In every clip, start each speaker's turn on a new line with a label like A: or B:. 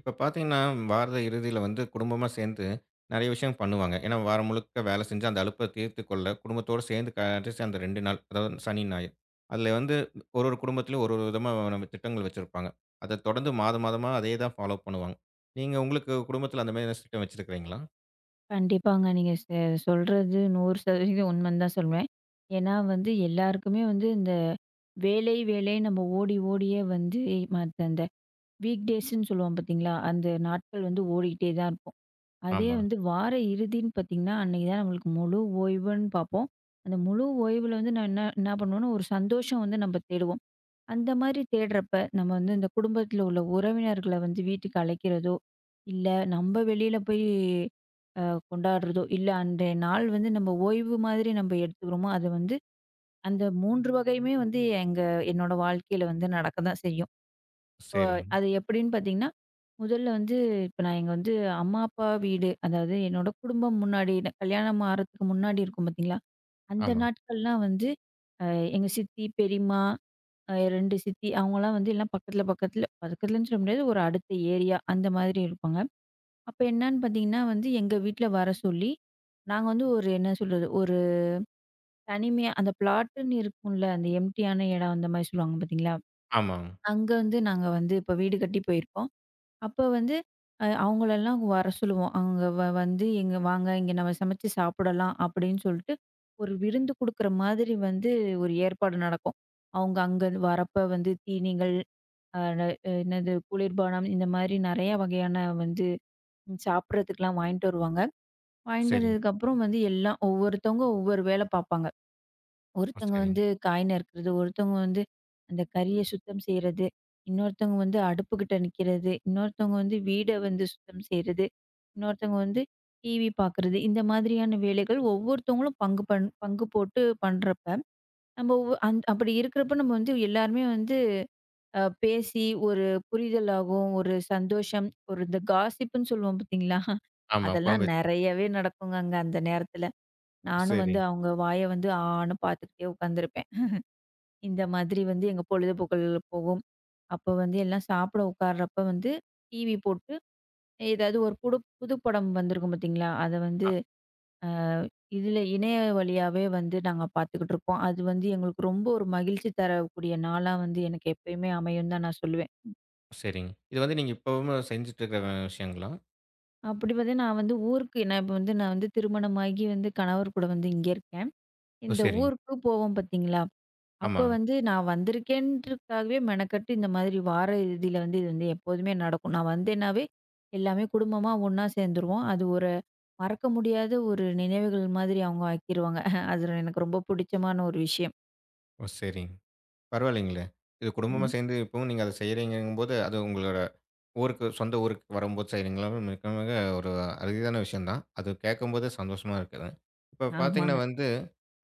A: இப்ப பார்த்தீங்கன்னா, வார இறுதியில வந்து குடும்பமா சேர்ந்து நெறைய விஷயம் பண்ணுவாங்க. ஏன்னா, வாரம் முழுக்க வேலை செஞ்சு அந்த அலுப்ப தீர்த்துக் கொள்ள, குடும்பத்தோட சேர்ந்து கடைசி அந்த 2 நாள், அதாவது சனி, ஞாயிறு. அதில வந்து ஒரு ஒரு குடும்பத்திலும் ஒரு ஒரு விதமா நம்ம திட்டங்கள் வச்சிருப்பாங்க. அத தொடர்ந்து மாத மாதமா அதே தான் ஃபாலோ பண்ணுவாங்க. நீங்க உங்களுக்கு குடும்பத்தில அந்த மாரி ஏதாச்சும் திட்டம் வச்சிருக்கிறீங்களா?
B: கண்டிப்பாங்க. நீங்க சொல்றது 100% உண்மைன்னு தான் சொல்வேன். ஏன்னா வந்து எல்லாருக்குமே வந்து இந்த வேலை, வேலைன்னு நம்ம ஓடி ஓடியே வந்து மத்த அந்த வீக் டேஸ்ன்னு சொல்லுவோம் பார்த்தீங்களா? அந்த நாட்கள் வந்து ஓடிக்கிட்டே தான் இருக்கும். அதே
A: ஆமா.
B: வந்து வார இறுதின்னு பார்த்தீங்கன்னா, அன்னைக்கு தான் நம்மளுக்கு முழு ஓய்வுன்னு பார்ப்போம். அந்த முழு ஓய்வுல வந்து நான் என்ன என்ன பண்ணுவோம்னா, ஒரு சந்தோஷம் வந்து நம்ம தேடுவோம். அந்த மாரி தேடுறப்ப, நம்ம வந்து இந்த குடும்பத்தில உள்ள உறவினர்கள வந்து வீட்டுக்கு அழைக்கிறதோ, இல்ல நம்ம வெளியில போய் அ கொண்டாடுறதோ, இல்ல அன்றைய நாள் வந்து நம்ம ஓய்வு மாதிரி நம்ம எடுத்துக்கிறோமோ, அது வந்து அந்த 3 வகையுமே வந்து எங்க என்னோட வாழ்க்கையில வந்து நடக்க தான் செய்யும். இப்போ
A: சரிங்க.
B: அது எப்படின்னு பார்த்தீங்கன்னா, முதல்ல வந்து இப்ப நான் எங்க வந்து அம்மா, அப்பா வீடு, அதாவது என்னோட குடும்பம் முன்னாடி கல்யாணம் ஆறதுக்கு முன்னாடி இருக்கும் பார்த்தீங்களா, அந்த
A: ஆமா.
B: நாட்கள்லாம் வந்து அ எங்க சித்தி, பெரியம்மா 2 சித்தி அவங்கலாம் வந்து எல்லாம் பக்கத்துல, பக்கத்துல பக்கத்துலன்னு சொல்ல முடியாது. ஒரு அடுத்த ஏரியா அந்த மாதிரி இருப்பாங்க. அப்ப என்னான்னு பார்த்தீங்கன்னா வந்து, எங்க வீட்ல வர சொல்லி, நாங்க வந்து ஒரு என்ன சொல்றது, ஒரு தனிமையா அந்த பிளாட்டுன்னு இருக்கும்ல, அந்த எம்ப்டியான இடம் அந்த மாரி சொல்லுவாங்க பார்த்தீங்களா?
A: ஆமாங்க.
B: அங்க வந்து நாங்க வந்து இப்ப வீடு கட்டி போயிருக்கோம். அப்ப வந்து அவங்களெல்லாம் வர சொல்லுவோம். அவங்க வந்து "எங்க வாங்க, இங்க நம்ம சமைச்சு சாப்பிடலாம்." அப்படின்னு சொல்லிட்டு, ஒரு விருந்து குடுக்குற மாதிரி வந்து ஒரு ஏற்பாடு நடக்கும். அவங்க அங்க வரப்ப வந்து தீனிகள் அ ந என்னது குளிர்பானம் இந்த மாதிரி நெறைய வகையான வந்து சாப்பிட்றதுக்குலாம் வாங்கிட்டு வருவாங்க. வாங்கிட்டு
A: சரிங்க.
B: வந்ததுக்கப்புறம் வந்து எல்லாம் ஒவ்வொருத்தவங்க ஒவ்வொரு வேலை பார்ப்பாங்க. ஒருத்தவங்க
A: சரிங்க.
B: வந்து காய் நறுக்கிறது, ஒருத்தவங்க வந்து அந்த கறிய சுத்தம் செய்றது, இன்னொருத்தவங்க வந்து அடுப்புகிட்ட நிக்கிறது, இன்னொருத்தவங்க வந்து வீட வந்து சுத்தம் செய்றது, இன்னொருத்தவங்க வந்து டிவி பார்க்குறது. இந்த மாதிரியான வேலைகள் ஒவ்வொருத்தவங்களும் பங்கு போட்டு பண்றப்ப, நம்ம ஒவ் அந் அப்படி இருக்கிறப்ப நம்ம வந்து எல்லாருமே வந்து பேசி ஒரு புரிதலாகும், ஒரு சந்தோஷம், ஒரு இந்த காசிப்புன்னு சொல்லுவோம் பார்த்தீங்களா?
A: ஆமா.
B: அதெல்லாம்
A: புறம்பேச்சு.
B: நெறையவே நடக்குங்க அங்க அந்த நேரத்துல. நானும் வந்து
A: சரிங்க.
B: அவங்க வாய வந்து ஆன்னு பார்த்துக்கிட்டே உட்காந்துருப்பேன். இந்த மாதிரி வந்து எங்க பொழுதுபோக்கள் போகும். அப்போ வந்து எல்லாம் சாப்பிட உட்கார்றப்ப வந்து டிவி போட்டு ஏதாவது ஒரு புதுப்படம் வந்திருக்கும் பார்த்தீங்களா? அத வந்து
A: அ
B: அ இதுல இணைய வழியாவே வந்து நாங்க பார்த்துக்கிட்டு இருப்போம். அது வந்து எங்களுக்கு ரொம்ப ஒரு மகிழ்ச்சி தரக்கூடிய நாளா வந்து எனக்கு எப்பயுமே அமையும்னு தான் நான் சொல்லுவேன்.
A: சரிங்க. இது வந்து நீங்க இப்பவும் செஞ்சுட்டு இருக்கிற விஷயங்களா?
B: அப்படி பார்த்தீங்கன்னா, நான் வந்து திருமணமாகி வந்து கணவர் கூட வந்து இங்க இருக்கேன்.
A: ஓ!
B: இந்த
A: சரிங்க.
B: ஊருக்கு போவோம் பார்த்தீங்களா? அப்ப
A: ஆமாங்க.
B: வந்து நான் வந்திருக்கேன்றதுக்காகவே மெனக்கட்டு இந்த மாதிரி வார இறுதியில வந்து இது வந்து எப்போதுமே நடக்கும். நான் வந்தேன்னாவே எல்லாமே குடும்பமா ஒண்ணா சேர்ந்துருவோம். அது ஒரு மறக்க முடியாத ஒரு நினைவுகள் மாதிரி அவங்க ஆக்கிருவாங்க. அது எனக்கு ரொம்ப பிடிச்சமான ஒரு விஷயம்.
A: ஓ! சரிங்க. பரவாயில்லைங்களே! இது குடும்பமா
B: ம்.
A: சேர்ந்து இப்பவும் நீங்க அத செய்றீங்கங்கும்போது, அது உங்களோட ஊருக்கு சொந்த ஊருக்கு வரும்போது செய்றீங்களா? மிக மிக ஒரு அரிதான விஷயம் தான். அது கேட்கும்போதே சந்தோஷமா இருக்குது. இப்ப பார்த்தீங்கன்னா
B: ஆமாங்க.
A: வந்து,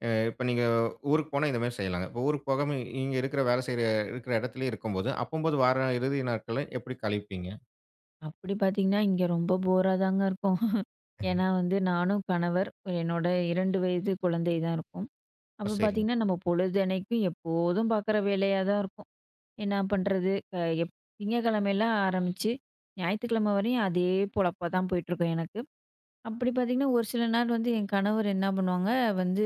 A: இப்ப நீங்க ஊருக்கு போனா இந்த மாரி செய்யலாங்க. இப்ப ஊருக்கு போகாம இங்க இருக்கிற வேலை செய்ற இருக்கிற இடத்திலேயே இருக்கும்போது, அப்பம்போது வார இறுதி நாட்கள எப்படி கழிப்பீங்க?
B: அப்படி பார்த்தீங்கன்னா, இங்க ரொம்ப போரா தாங்க இருக்கும். ஏன்னா வந்து நானும் கணவர், என்னோட 2 வயது குழந்தை தான் இருக்கும்.
A: ஓ!
B: அப்ப
A: சரிங்க.
B: பார்த்தீங்கன்னா, நம்ம பொழுதன்னைக்கும் எப்போதும் பார்க்குற வேலையா தான் இருக்கும். என்ன பண்றது? அ எப் திங்கட்கிழமையில ஆரம்பிச்சு, ஞாயித்துக்கிழமை வரையும் அதே பொழப்பா தான் போயிட்டுருக்கும் எனக்கு. அப்படி பார்த்தீங்கன்னா, ஒரு சில நாள் வந்து என் கணவர் என்ன பண்ணுவாங்க, வந்து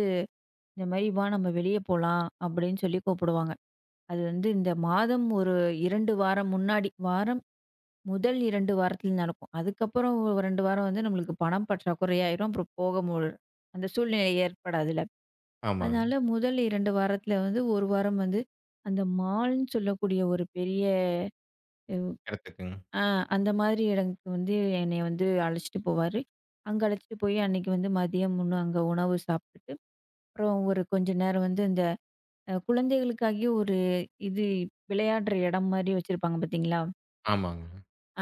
B: இந்த மாரி "வா நம்ம வெளிய போலாம்" அப்படின்னு சொல்லி கூப்பிடுவாங்க. அது வந்து இந்த மாதம் ஒரு 2 வாரம் முன்னாடி, வாரம் முதல் 2 வாரத்துல நடக்கும். அதுக்கப்புறம் ஒரு 2 வாரம் வந்து நம்மளுக்கு பணம் பற்றாக்குறையாயிரும். அப்புறம் போக மு அந்த சூழ்நிலை ஏற்படாதுல்ல.
A: ஆமாங்க.
B: அதனால முதல் 2 வாரத்துல வந்து 1 வாரம் வந்து, அந்த மால்ன்னு சொல்லக்கூடிய ஒரு பெரிய வ்
A: இடத்துக்குங்க.
B: அ அந்த மாதிரி இடத்துக்கு வந்து என்னைய வந்து அழைச்சிட்டு போவாரு. அங்க அழைச்சிட்டு போய் அன்னைக்கு வந்து மதியம் அங்க உணவு சாப்பிட்டுட்டு, அப்புறம் ஒரு கொஞ்ச நேரம் வந்து இந்த குழந்தைகளுக்காகவே ஒரு இது விளையாடுற இடம் மாரி வச்சிருப்பாங்க பார்த்தீங்களா?
A: ஆமாங்க.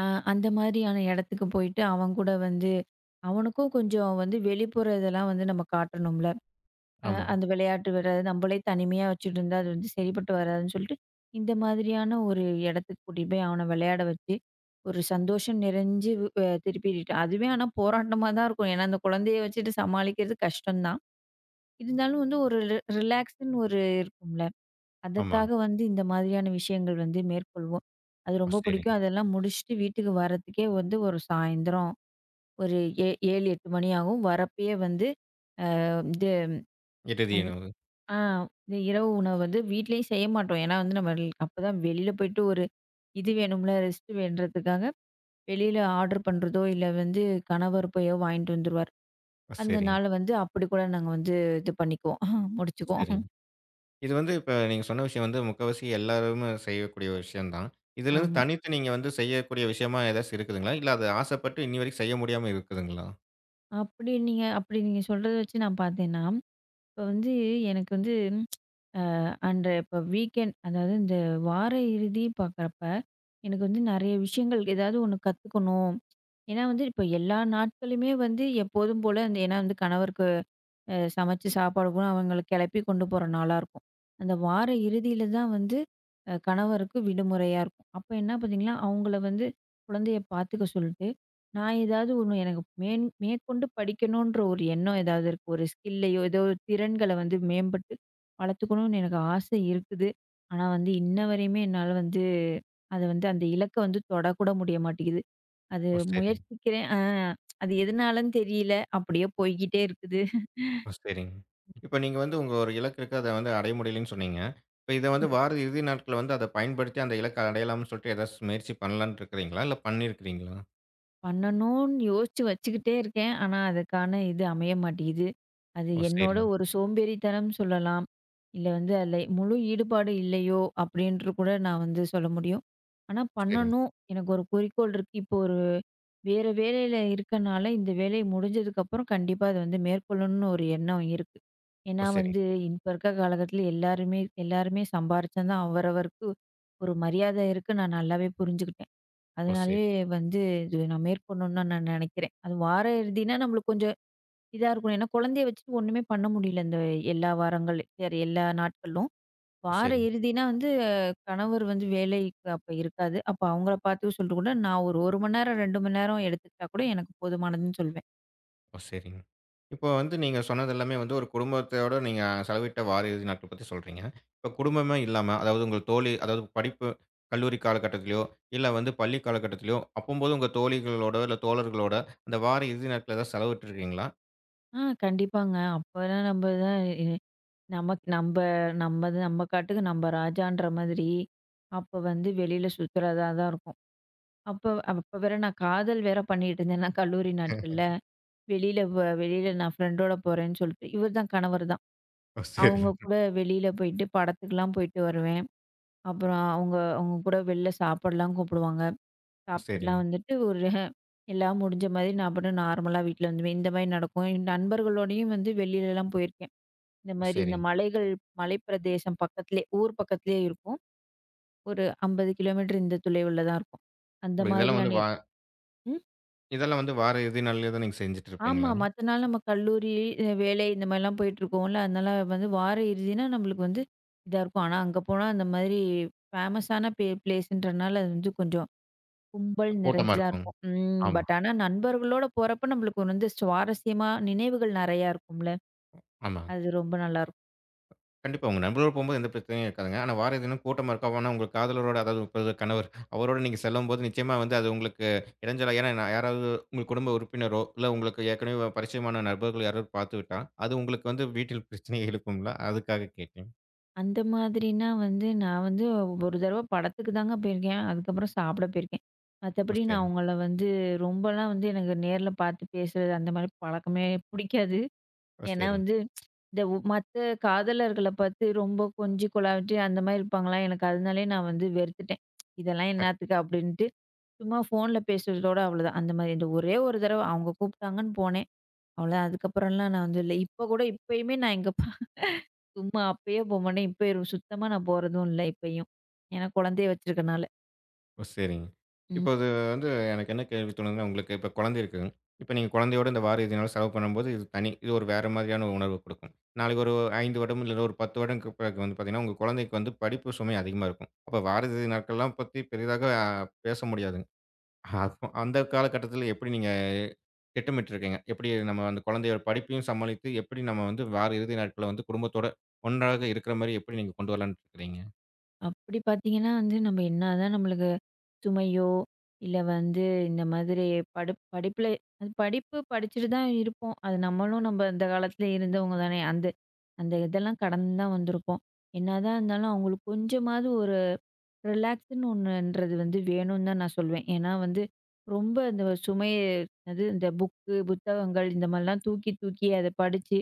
B: அ அந்த மாதிரியான இடத்துக்கு போயிட்டு அவன் கூட வந்து அவனுக்கும் கொஞ்சம் வந்து வெளிப்புற இதெல்லாம் வந்து நம்ம காட்டணும்ல.
A: ஆமாங்க.
B: அந்த விளையாட்டு வராது. நம்மளே தனிமையா வச்சுட்டு இருந்தா, அது வந்து சரிப்பட்டு வராதுன்னு சொல்லிட்டு, இந்த மாதிரியான ஒரு இடத்துக்கு கூட்டிட்டு போய் அவன விளையாட வச்சு, ஒரு சந்தோஷம் நிறைஞ்சு அ திருப்பி ரிட்ட அதுவே ஆனா போராட்டமா தான் இருக்கும். ஏன்னா, அந்த குழந்தைய வச்சுட்டு சமாளிக்கிறது கஷ்டம் தான். இருந்தாலும் வந்து ஒரு ரிலாக்ஸ்ன்னு ஒரு இருக்கும்ல. அதற்காக
A: ஆமாங்க.
B: வந்து இந்த மாதிரியான விஷயங்கள் வந்து மேற்கொள்வோம். அது
A: ஓ!
B: ரொம்ப
A: சரிங்க.
B: பிடிக்கும். அதெல்லாம் முடிச்சுட்டு வீட்டுக்கு வரதுக்கே வந்து ஒரு சாயந்தரம் ஒரு 7, 8 மணி ஆகும். வரப்பயே வந்து அ இது
A: இறுதி உணவு.
B: ஆ இந்த இரவு உணவு வந்து வீட்லயும் செய்ய மாட்டோம். ஏன்னா வந்து நம்ம அப்பதான் வெளியில போயிட்டு ஒரு இது வேணும்ல, ரெஸ்ட் வேணுன்றதுக்காக வெளியில ஆர்டர் பண்றதோ, இல்ல வந்து கணவர் போயோ வாங்கிட்டு வந்துருவாரு.
A: ஓ!
B: அந்த
A: சரிங்க.
B: நாள் வந்து அப்படி கூட நாங்க வந்து இது பண்ணிக்குவோம்.
A: சரிங்க.
B: முடிச்சுக்குவோம்.
A: இது வந்து இப்ப நீங்க சொன்ன விஷயம் வந்து முக்காவாசி எல்லாருமே செய்யக்கூடிய விஷயம் தான். இதுலருந்து
B: ஆமா.
A: தனித்து நீங்க வந்து செய்யக்கூடிய விஷயமா ஏதாச்சும் இருக்குதுங்களா? இல்ல அது ஆசைப்பட்டு இன்னி வரைக்கும் செய்ய முடியாம இருக்குதுங்களா?
B: அப்படி நீங்க சொல்றத வச்சு நான் பார்த்தேன்னா, இப்ப வந்து எனக்கு வந்து அண்ட் இப்போ வீக்கெண்ட் அதாவது இந்த வார இறுதி பார்க்குறப்ப எனக்கு வந்து நிறைய விஷயங்கள் ஏதாவது ஒன்று கற்றுக்கணும் ஏன்னா வந்து இப்போ எல்லா நாட்களுமே வந்து எப்போதும் போல் அந்த ஏன்னா வந்து கணவருக்கு சமைச்சு சாப்பாடு கூட அவங்கள கிளப்பி கொண்டு போற நாளா இருக்கும். அந்த வார இறுதியில தான் வந்து கணவருக்கு விடுமுறையா இருக்கும். அப்ப என்ன பார்த்தீங்கன்னா, அவங்கள வந்து குழந்தைய பார்த்துக்க சொல்லிட்டு, நான் ஏதாவது ஒண்ணு எனக்கு மேன் மேற்கொண்டு படிக்கணுன்ற ஒரு எண்ணம் ஏதாவது இருக்கு. ஒரு ஸ்கில்லையோ, ஏதோ ஒரு திறன்கள வந்து மேம்பட்டு வளர்த்துக்கணும்னு எனக்கு ஆசை இருக்குது. ஆனா வந்து இன்ன வரையுமே என்னால வந்து அத வந்து அந்த இலக்க வந்து தொடக்கூட முடிய மாட்டேங்குது. அது
A: ஓ! சரிங்க.
B: முயற்சிக்கிறேன். அது எதனாலன்னு தெரியல. அப்படியே போய்க்கிட்டே இருக்குது.
A: ஓ! சரிங்க. இப்ப நீங்க வந்து உங்க ஒரு இலக்கு இருக்கு. அத வந்து அடைய முடியலன்னு சொன்னீங்க. இப்ப இத வந்து வார இறுதி நாட்கள்ல வந்து அத பயன்படுத்தி அந்த இலக்க அடையலாம்ன்னு சொல்லிட்டு ஏதாச்சும் முயற்சி பண்ணலான்னு இருக்கிறீங்களா? இல்ல பண்ணியிருக்கிறீங்களா?
B: பண்ணணும்னு யோசிச்சு வச்சுக்கிட்டே இருக்கேன். ஆனா, அதுக்கான இது அமைய மாட்டேங்குது. அது
A: ஓ!
B: என்னோட
A: சரிங்க,
B: ஒரு சோம்பேறித்தனம் சொல்லலாம். இல்ல வந்து அதில முழு ஈடுபாடு இல்லையோ! அப்படின்ட்டு கூட நான் வந்து சொல்ல முடியும். ஆனா
A: சரிங்க.
B: பண்ணணும். எனக்கு ஒரு குறிக்கோள் இருக்கு. இப்போ ஒரு வேற வேலையில இருக்கனால, இந்த வேலை முடிஞ்சதுக்கப்புறம் கண்டிப்பா அத வந்து மேற்கொள்ளணும்னு ஒரு எண்ணம் இருக்கு. ஏன்னா
A: ஓ! சரிங்க,
B: வந்து இப்ப இருக்க காலகட்டத்தில எல்லாருமே எல்லாருமே சம்பாரிச்சா தான் அவரவருக்கு ஒரு மரியாதை இருக்குன்னு நான் நல்லாவே புரிஞ்சுக்கிட்டேன்.
A: ஓ! சரி, ஓ! சரி,
B: அதனாலயே வந்து இது நான் மேற்கொள்ளணும்னு தான் நான் நினைக்கிறேன். அது வார இறுதினா நம்மளுக்கு கொஞ்சம் இதா இருக்கணும். ஏன்னா குழந்தைய வச்சுட்டு ஒண்ணுமே பண்ண முடியல இந்த எல்லா வாரங்கள் வேற எல்லா நாட்களும்.
A: ஓ!
B: வார
A: சரி.
B: இறுதினா வந்து கணவர் வந்து வேலைக்கு அப்ப இருக்காது. அப்ப அவங்கள பார்த்துக்க சொல்லிட்டு கூட நான் ஒரு 1 மணி நேரம் 2 மணி நேரம் எடுத்துக்கிட்டா கூட எனக்கு போதுமானதுன்னு சொல்வேன்.
A: ஓ! சரிங்க. இப்போ வந்து நீங்க சொன்னது எல்லாமே வந்து ஒரு குடும்பத்தோட நீங்க செலவிட்ட வார இறுதி நாட்கள் பத்தி சொல்றீங்க. இப்ப குடும்பமே இல்லாம, அதாவது உங்க தோழி அதாவது படிப்பு கல்லூரி காலகட்டத்திலயோ, இல்ல வந்து பள்ளி காலகட்டத்திலயோ, அப்பம்போது உங்க தோழிகளோட, இல்ல தோழர்களோட அந்த வார இறுதி நாட்கள ஏதாவது செலவிட்டுருக்கீங்களா?
B: ஆ கண்டிப்பாங்க. அப்பதான் நம்ம தான் இ நமக்கு நம்ப நம்பது நம்ம காட்டுக்கு நம்ம ராஜான்ற மாதிரி. அப்ப வந்து வெளியில சுத்துறதா தான் இருக்கும். அப்ப அப்ப வேற நான் காதல் வேற பண்ணிட்டு இருந்தேன் நான் கல்லூரி நாட்கள்ல. வெளியில வ வெளியில நான் ஃப்ரெண்டோட போறேன்னு சொல்லிட்டு இவர் தான் கணவர் தான்.
A: ஓ!
B: அவங்க
A: சரிங்க.
B: கூட வெளியில போயிட்டு படத்துக்குலாம் போயிட்டு வருவேன். அப்புறம் அவங்க அவங்க கூட வெளில சாப்பிடலாம் கூப்பிடுவாங்க.
A: ஓ! சரிங்க,
B: சாப்பிட்டுலாம் வந்துட்டு ஒரு எல்லாம் முடிஞ்ச மாதிரி நான் பாட்டுக்கு நார்மலா வீட்ல வந்துருவேன். இந்த மாதிரி நடக்கும். என் நண்பர்களோடையும் வந்து வெளியிலலாம் போயிருக்கேன். இந்த
A: ஓ!
B: மாதிரி இந்த
A: சரிங்க.
B: மலைகள் மலைப்பிரதேசம் பக்கத்திலேயே ஊர் பக்கத்திலேயே இருக்கும். ஒரு 50 கிலோமீட்டர் இந்த தொலைவுல தான் இருக்கும். அந்த
A: இப்ப இதெல்லாம் வந்து
B: மாதிரியான
A: இதெல்லாம் வந்து வார இறுதி நாள்ல தான் நீங்க செஞ்சுட்டு
B: ஆமா.
A: இருப்பீங்களா?
B: மத்த நாள் நம்ம கல்லூரி, வேலை இந்த மாரிலாம் போயிட்டுருக்கோம்ல. அதனால வந்து வார இறுதினா நம்மளுக்கு வந்து இதா இருக்கும். ஆனா அங்க போனா அந்த மாதிரி ஃபேமஸான பிளேஸ்ன்றனால அது வந்து கொஞ்சம் கும்பல்
A: கூட்டமா
B: நிறைஞ்சதா
A: இருக்கும்.
B: இருக்கும். ம்.
A: ஆமா,
B: பட் ஆனா நண்பர்களோட போறப்ப நம்மளுக்கு வந்து சுவாரஸ்யமா நினைவுகள் நெறையா இருக்கும்ல.
A: ஆமா.
B: அது ரொம்ப நல்லாருக்கும்.
A: கண்டிப்பா. உங்க நண்பர்களோட போம்போது எந்த பிரச்சனையும் இருக்காதுங்க. ஆனா வார இறுதியிலும் கூட்டமா இருக்கும். அப்போனா உங்க காதலரோட அதாவது இப்ப கணவர் அவரோட நீங்க செல்லும்போது நிச்சயமா வந்து அது உங்களுக்கு இடைஞ்சலா ஏன்னா நான் யாராவது உங்க குடும்ப உறுப்பினரோ, இல்ல உங்களுக்கு ஏற்கனவே பரிச்சயமான நண்பர்கள் யாராவது பார்த்துவிட்டா, அது உங்களுக்கு வந்து வீட்டில் பிரச்சனையை எழுப்பும்ல? அதுக்காக கேட்டேன்.
B: அந்த மாதிரினா வந்து நான் வந்து ஒரு தடவ படத்துக்கு தாங்க போயிருக்கேன். அதுக்கப்புறம் சாப்பிட போயிருக்கேன்.
A: ஓ!
B: மத்தபடி நான்
A: சரிங்க.
B: அவங்கள வந்து ரொம்பலாம் வந்து எனக்கு நேர்ல பார்த்து பேசுறது அந்த மாரி பழக்கமே புடிக்காது.
A: ஓ!
B: ஏன்னா
A: சரிங்க.
B: வந்து இந்த மத்த காதலர்கள பார்த்து ரொம்ப கொஞ்சி குழாவிட்டு அந்த மாரி இருப்பாங்களா, எனக்கு அதனாலயே நான் வந்து வெறுத்துட்டேன். இதெல்லாம் என்னாத்துக்கு அப்டின்ட்டு, சும்மா ஃபோன்ல பேசுறதோட அவ்வளோதான். அந்த மாரி இந்த ஒரே ஒரு தடவ அவங்க கூப்ட்டாங்கன்னு போனேன். அவ்வளோதான். அதுக்கப்புறம்லாம் நான் வந்து இல்ல. இப்ப கூட இப்பயுமே நான் எங்கப்பா சும்மா அப்பயே போமாட்டேன். இப்ப சுத்தமா நான் போறதும் இல்ல இப்பயும். ஏன்னா குழந்தைய வச்சிருக்கனால.
A: ஓ! சரிங்க. இப்போ
B: ம்.
A: அது வந்து எனக்கு என்ன கேள்வி தோணுதுன்னா, உங்களுக்கு இப்ப குழந்தை இருக்கு. இப்ப நீங்க குழந்தையோட இந்த வார இறுதி நாள் செலவு பண்ணும்போது, இது தனி இது ஒரு வேற மாதிரியான உணர்வு குடுக்கும். நாளைக்கு ஒரு 5 வருடம் இல்ல ஒரு 10 வருடம்க்கு பிறகு வந்து பார்த்தீங்கன்னா, உங்க குழந்தைக்கு வந்து படிப்பு சுமை அதிகமா இருக்கும். அப்ப வார இறுதி நாட்கள்லாம் பத்தி பெரிதாக பேச முடியாதுங்க. அப்போ அந்த காலகட்டத்தில எப்படி நீங்க திட்டமிட்டுருக்கீங்க? எப்படி நம்ம அந்த குழந்தையோட படிப்பையும் சமாளித்து, எப்படி நம்ம வந்து வார இறுதி நாட்கள வந்து குடும்பத்தோட ஒன்றாக இருக்கிற மாரி எப்படி நீங்க கொண்டு வரலான்ட்டு இருக்கிறீங்க?
B: அப்படி பார்த்தீங்கன்னா வந்து, நம்ம என்னாதான் நம்மளுக்கு சுமையோ, இல்ல வந்து இந்த மாதிரி படிப்புல அது படிப்பு படிச்சுட்டு தான் இருப்போம். அது நம்மளும் நம்ம அந்த காலத்துல இருந்தவங்க தானே! அந்த அந்த இதெல்லாம் கடந்து தான் வந்திருப்போம். என்னதான் இருந்தாலும் அவங்களுக்கு கொஞ்சமாவது ஒரு ரிலாக்ஸ்ன்னு ஒண்ணுன்றது வந்து வேணும்னு தான் நான் சொல்வேன். ஏன்னா வந்து ரொம்ப அந்த சுமைய அது இந்த புக்கு, புத்தகங்கள் இந்த மாரிலாம் தூக்கி தூக்கி அத படிச்சு,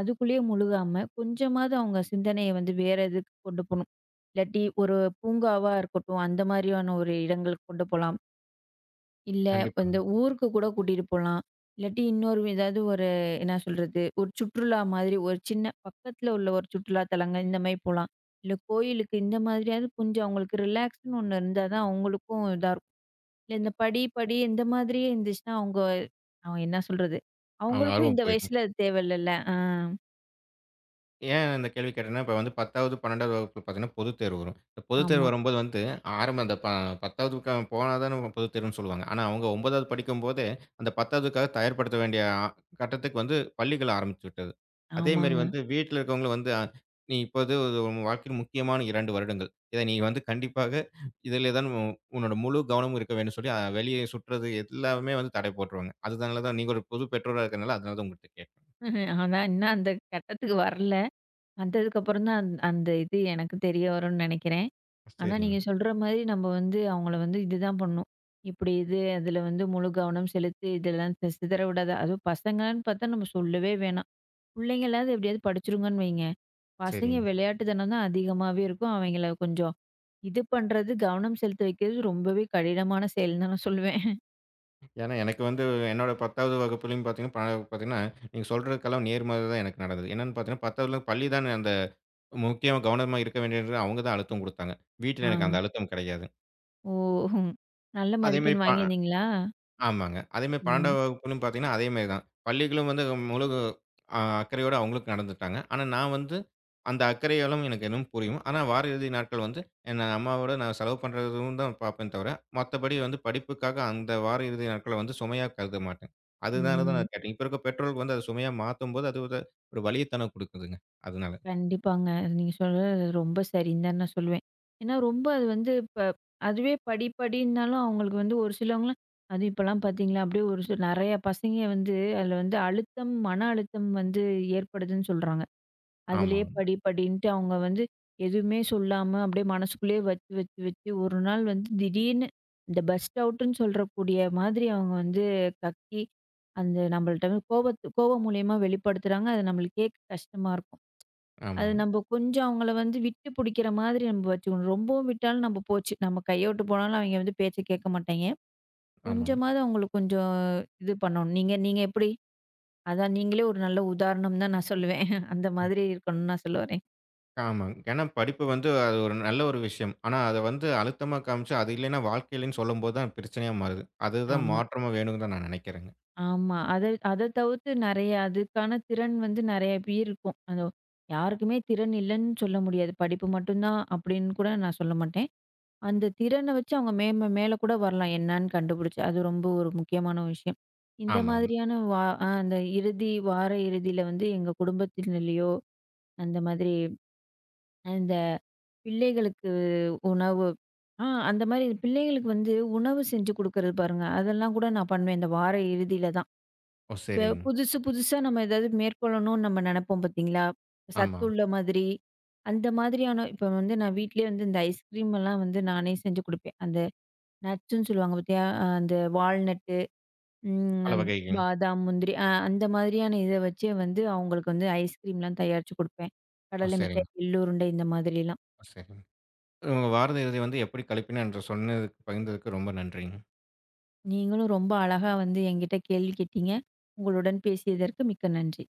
B: அதுக்குள்ளேயே முழுகாம, கொஞ்சமாவது அவங்க சிந்தனைய வந்து வேற இதுக்கு கொண்டு போணும். இல்லாட்டி ஒரு பூங்காவா இருக்கட்டும், அந்த மாரியான ஒரு இடங்களுக்கு கொண்டு போலாம். இல்ல
A: கண்டிப்பாங்க.
B: இந்த ஊருக்கு கூட கூட்டிட்டு போலாம். இல்லாட்டி இன்னொரு ஏதாவது ஒரு என்ன சொல்றது, ஒரு சுற்றுலா மாதிரி ஒரு சின்ன பக்கத்துல உள்ள ஒரு சுற்றுலா தலங்கள் இந்த மாரி போலாம். இல்ல கோயிலுக்கு இந்த மாதிரியாவது கொஞ்சம் அவங்களுக்கு ரிலாக்ஸ்ன்னு ஒண்ணு இருந்தா தான் அவங்களுக்கும் இதா இருக்கும். இல்ல இந்த படி, படி இந்த மாதிரியே இருந்துச்சுன்னா அவங்க அவன் என்ன சொல்றது,
A: அவங்க
B: அவங்களுக்கும்
A: ஆர்வம்
B: இந்த
A: போயிரும்.
B: வயசுல அது தேவையில்லல்ல. ஆ,
A: ஏன் இந்த கேள்வி கேட்டேன்னா, இப்ப வந்து 10வது, 12வது வகுப்பு பார்த்தீங்கன்னா, பொதுத்தேர்வு வரும். இந்த பொதுத்தேர்வு
B: ஆமா,
A: வரும்போது வந்து ஆரம்ப அந்த 10வதுக்கு போனா தான பொதுத்தேர்வுன்னு சொல்லுவாங்க. ஆனா, அவங்க 9வது படிக்கும்போதே, அந்த 10வதுக்காக தயார்படுத்த வேண்டிய கட்டத்துக்கு வந்து பள்ளிகள் ஆரம்பித்து விட்டது. அதேமாரி
B: ஆமாங்க.
A: வந்து வீட்ல இருக்கவங்களும் வந்து, "நீ இப்போது ஒரு உன் வாழ்க்கையில் முக்கியமான 2 வருடங்கள். இத நீ வந்து கண்டிப்பாக இதிலே தான் உன்னோட முழு கவனமும் இருக்க வேண்டும்" சொல்லி வெளியே சுற்றுறது எல்லாமே வந்து தடை போட்டுருவாங்க. அதனால தான் நீங்க ஒரு புது பெற்றோரா இருக்கிறனால, அதனால தான் உங்கள்ட்ட கேட்டேன்.
B: ஆனா இன்னும் அந்த கட்டத்துக்கு வரல. வந்ததுக்கப்புறம் தான் அந்த இது எனக்கு தெரிய வரும்னு நினைக்கிறேன். ஆனா,
A: சரிங்க,
B: நீங்க சொல்ற மாரி நம்ம வந்து அவங்கள வந்து இதுதான் பண்ணணும். இப்படி இது அதில வந்து முழு கவனம் செலுத்தி இதெல்லாம் சிதற விடாத. அதுவும் பசங்கன்னு பார்த்தா நம்ம சொல்லவே வேணாம். புள்ளைங்களாவது எப்படியாவது படிச்சுருங்கன்னு வைங்க. பசங்க
A: சரிங்க.
B: விளையாட்டுத்தனம் தான் அதிகமாவே இருக்கும். அவங்கள கொஞ்சம் இது பண்றது, கவனம் செலுத்த வைக்கிறது ரொம்பவே கடினமான செயல்ன்னு தான் நான் சொல்லுவேன்.
A: ஏன்னா, எனக்கு வந்து என்னோட 10வது வகுப்புலயும் பார்த்தீங்கன்னா, பார்த்தீங்கன்னா, நீங்க சொல்றதுக்கெல்லாம் நேர்மாறா தான் எனக்கு நடந்தது. என்னன்னு பார்த்தீங்கன்னா, 10வதுல பள்ளி தான் அந்த முக்கியமா கவனமா இருக்க வேண்டியது அவங்க தான் அழுத்தம் குடுத்தாங்க. வீட்ல
B: ஆ.
A: எனக்கு அந்த அழுத்தம் கிடையாது.
B: ஓ! ஹம். நல்ல
A: அதேமாரி
B: மதிப்பெண் வாங்கியிருந்தீங்களா?
A: ஆமாங்க. அதேமாரி
B: ம்.
A: 12ஆம் வகுப்புலயும் பார்த்தீங்கன்னா, அதேமாரி தான். பள்ளிகளும் வந்து முழு அக்கறையோட அவங்களும் நடந்துக்கிட்டாங்க. ஆனா, நான் வந்து அந்த அக்கறைகளும் எனக்கு இன்னும் புரியும். ஆனா, வார இறுதி நாட்கள் வந்து என் அம்மாவோட நான் செலவு பண்ணுறதும் தான் பார்ப்பேன் தவிர, மத்தபடி வந்து படிப்புக்காக அந்த வார இறுதி நாட்கள வந்து சுமையா கருத மாட்டேன். அதனால தான்
B: ம்.
A: நான் கேட்டேன். இப்ப இருக்க பெற்றோர்களுக்கு வந்து அத சுமையா மாத்தும்போது, அது ஒரு ஒரு வலிய தானே குடுக்குதுங்க. அதனால.
B: கண்டிப்பாங்க. அது நீங்க சொல்றது ரொம்ப சரின்னு தான் நான் சொல்லுவேன். ஏன்னா ரொம்ப அது வந்து இப்ப அதுவே படி படின்னாலும் அவங்களுக்கு வந்து ஒரு சிலவங்கலாம் அதுவும் இப்பலாம் பார்த்தீங்களா, அப்படியே ஒரு சில நெறைய பசங்க வந்து அதில வந்து அழுத்தம், மன அழுத்தம் வந்து ஏற்படுதுன்னு சொல்றாங்க. அதிலேயே
A: ஆமாங்க.
B: படி படின்ட்டு அவங்க வந்து எதுவுமே சொல்லாம அப்படியே மனசுக்குள்ளேயே வச்சு வச்சு வச்சு ஒரு நாள் வந்து திடீர்னு இந்த பர்ஸ்ட் அவுட்டுன்னு சொல்றக்கூடிய மாதிரி அவங்க வந்து கத்தி, அந்த நம்மள்ட்ட வந்து கோபம் மூலியமா வெளிப்படுத்துறாங்க. அது நம்மளுக்கு கேட்க கஷ்டமா இருக்கும். அது
A: ஆமாங்க.
B: நம்ம கொஞ்சம் அவங்கள வந்து விட்டு பிடிக்கிற மாதிரி நம்ம வச்சுக்கணும். ரொம்பவும் விட்டாலும் நம்ம போச்சு. நம்ம கைய விட்டு போனாலும் அவைங்க வந்து பேச்ச கேட்க மாட்டாய்ங்க.
A: ஆமாங்க.
B: கொஞ்சமாவது அவங்களுக்கு கொஞ்சம் இது பண்ணணும். நீங்க நீங்க எப்படி? அதான் நீங்களே ஒரு நல்ல உதாரணம் தான் நான் சொல்லுவேன். அந்த மாதிரி இருக்கணும்னு நான் சொல்ல வரேன்.
A: ஆமாங்க. ஏன்னா படிப்பு வந்து அது ஒரு நல்ல ஒரு விஷயம். ஆனா அத வந்து அழுத்தமா காமிச்சு, அது இல்லைன்னா வாழ்க்கை இல்லைன்னு சொல்லும்போது தான் பிரச்சனையா மாறுது. அதுதான்
B: ஆமா,
A: மாற்றமா வேணும்னு தான் நான் நினைக்கிறேங்க.
B: ஆமா. அத அத தவிர்த்து நெறைய அதுக்கான திறன் வந்து நெறைய பேர் இருக்கும். அது யாருக்குமே திறன் இல்லன்னு சொல்ல முடியாது. படிப்பு மட்டும் தான் அப்படின்னு கூட நான் சொல்ல மாட்டேன். அந்த திறன வச்சு அவங்க மேல கூட வரலாம் என்னான்னு கண்டுபிடிச்சு. அது ரொம்ப ஒரு முக்கியமான விஷயம். இந்த
A: ஆமாங்க.
B: மாதிரியான வா அ அந்த இறுதி வார இறுதியில வந்து எங்க குடும்பத்தினலயோ, அந்த மாதிரி அந்த பிள்ளைகளுக்கு உணவு அந்த மாரி பிள்ளைகளுக்கு வந்து உணவு செஞ்சு குடுக்குறது பாருங்க. அதெல்லாம் கூட நான் பண்ணுவேன் இந்த வார இறுதியில தான்.
A: ஓ!
B: இப்ப
A: சரிங்க.
B: புதுசு புதுசா நம்ம ஏதாவது மேற்கொள்ளணும்னு நம்ம நெனைப்போம் பார்த்தீங்களா?
A: ஆமா.
B: சத்துள்ள மாதிரி, அந்த மாதிரியான இப்ப வந்து நான் வீட்லயே வந்து இந்த ஐஸ்கிரீம் எல்லாம் வந்து நானே செஞ்சு குடுப்பேன். அந்த நட்ஸ்ன்னு சொல்லுவாங்க பார்த்தியா? அந்த வால்நட்டு,
A: பல
B: ம்
A: வகைகள்.
B: பாதாம், முந்திரி அந்த மாதிரியான இத வச்சே வந்து அவங்களுக்கு வந்து ஐஸ்கிரீம்லாம் தயாரிச்சு குடுப்பேன்.
A: ஓ!
B: கடலை
A: சரிங்க.
B: மிட்டாய், எள்ளுருண்டை இந்த மாதிரிலாம்.
A: ஓ! சரிங்க. உங்க வார இறுதி வந்து எப்படி கழிப்பின என்று சொன்னதுக்கு பகிர்ந்ததுக்கு ரொம்ப நன்றிங்க.
B: நீங்களும் ரொம்ப அழகா வந்து என்கிட்ட கேள்வி கேட்டீங்க. உங்களுடன் பேசியதற்கு மிக்க நன்றி.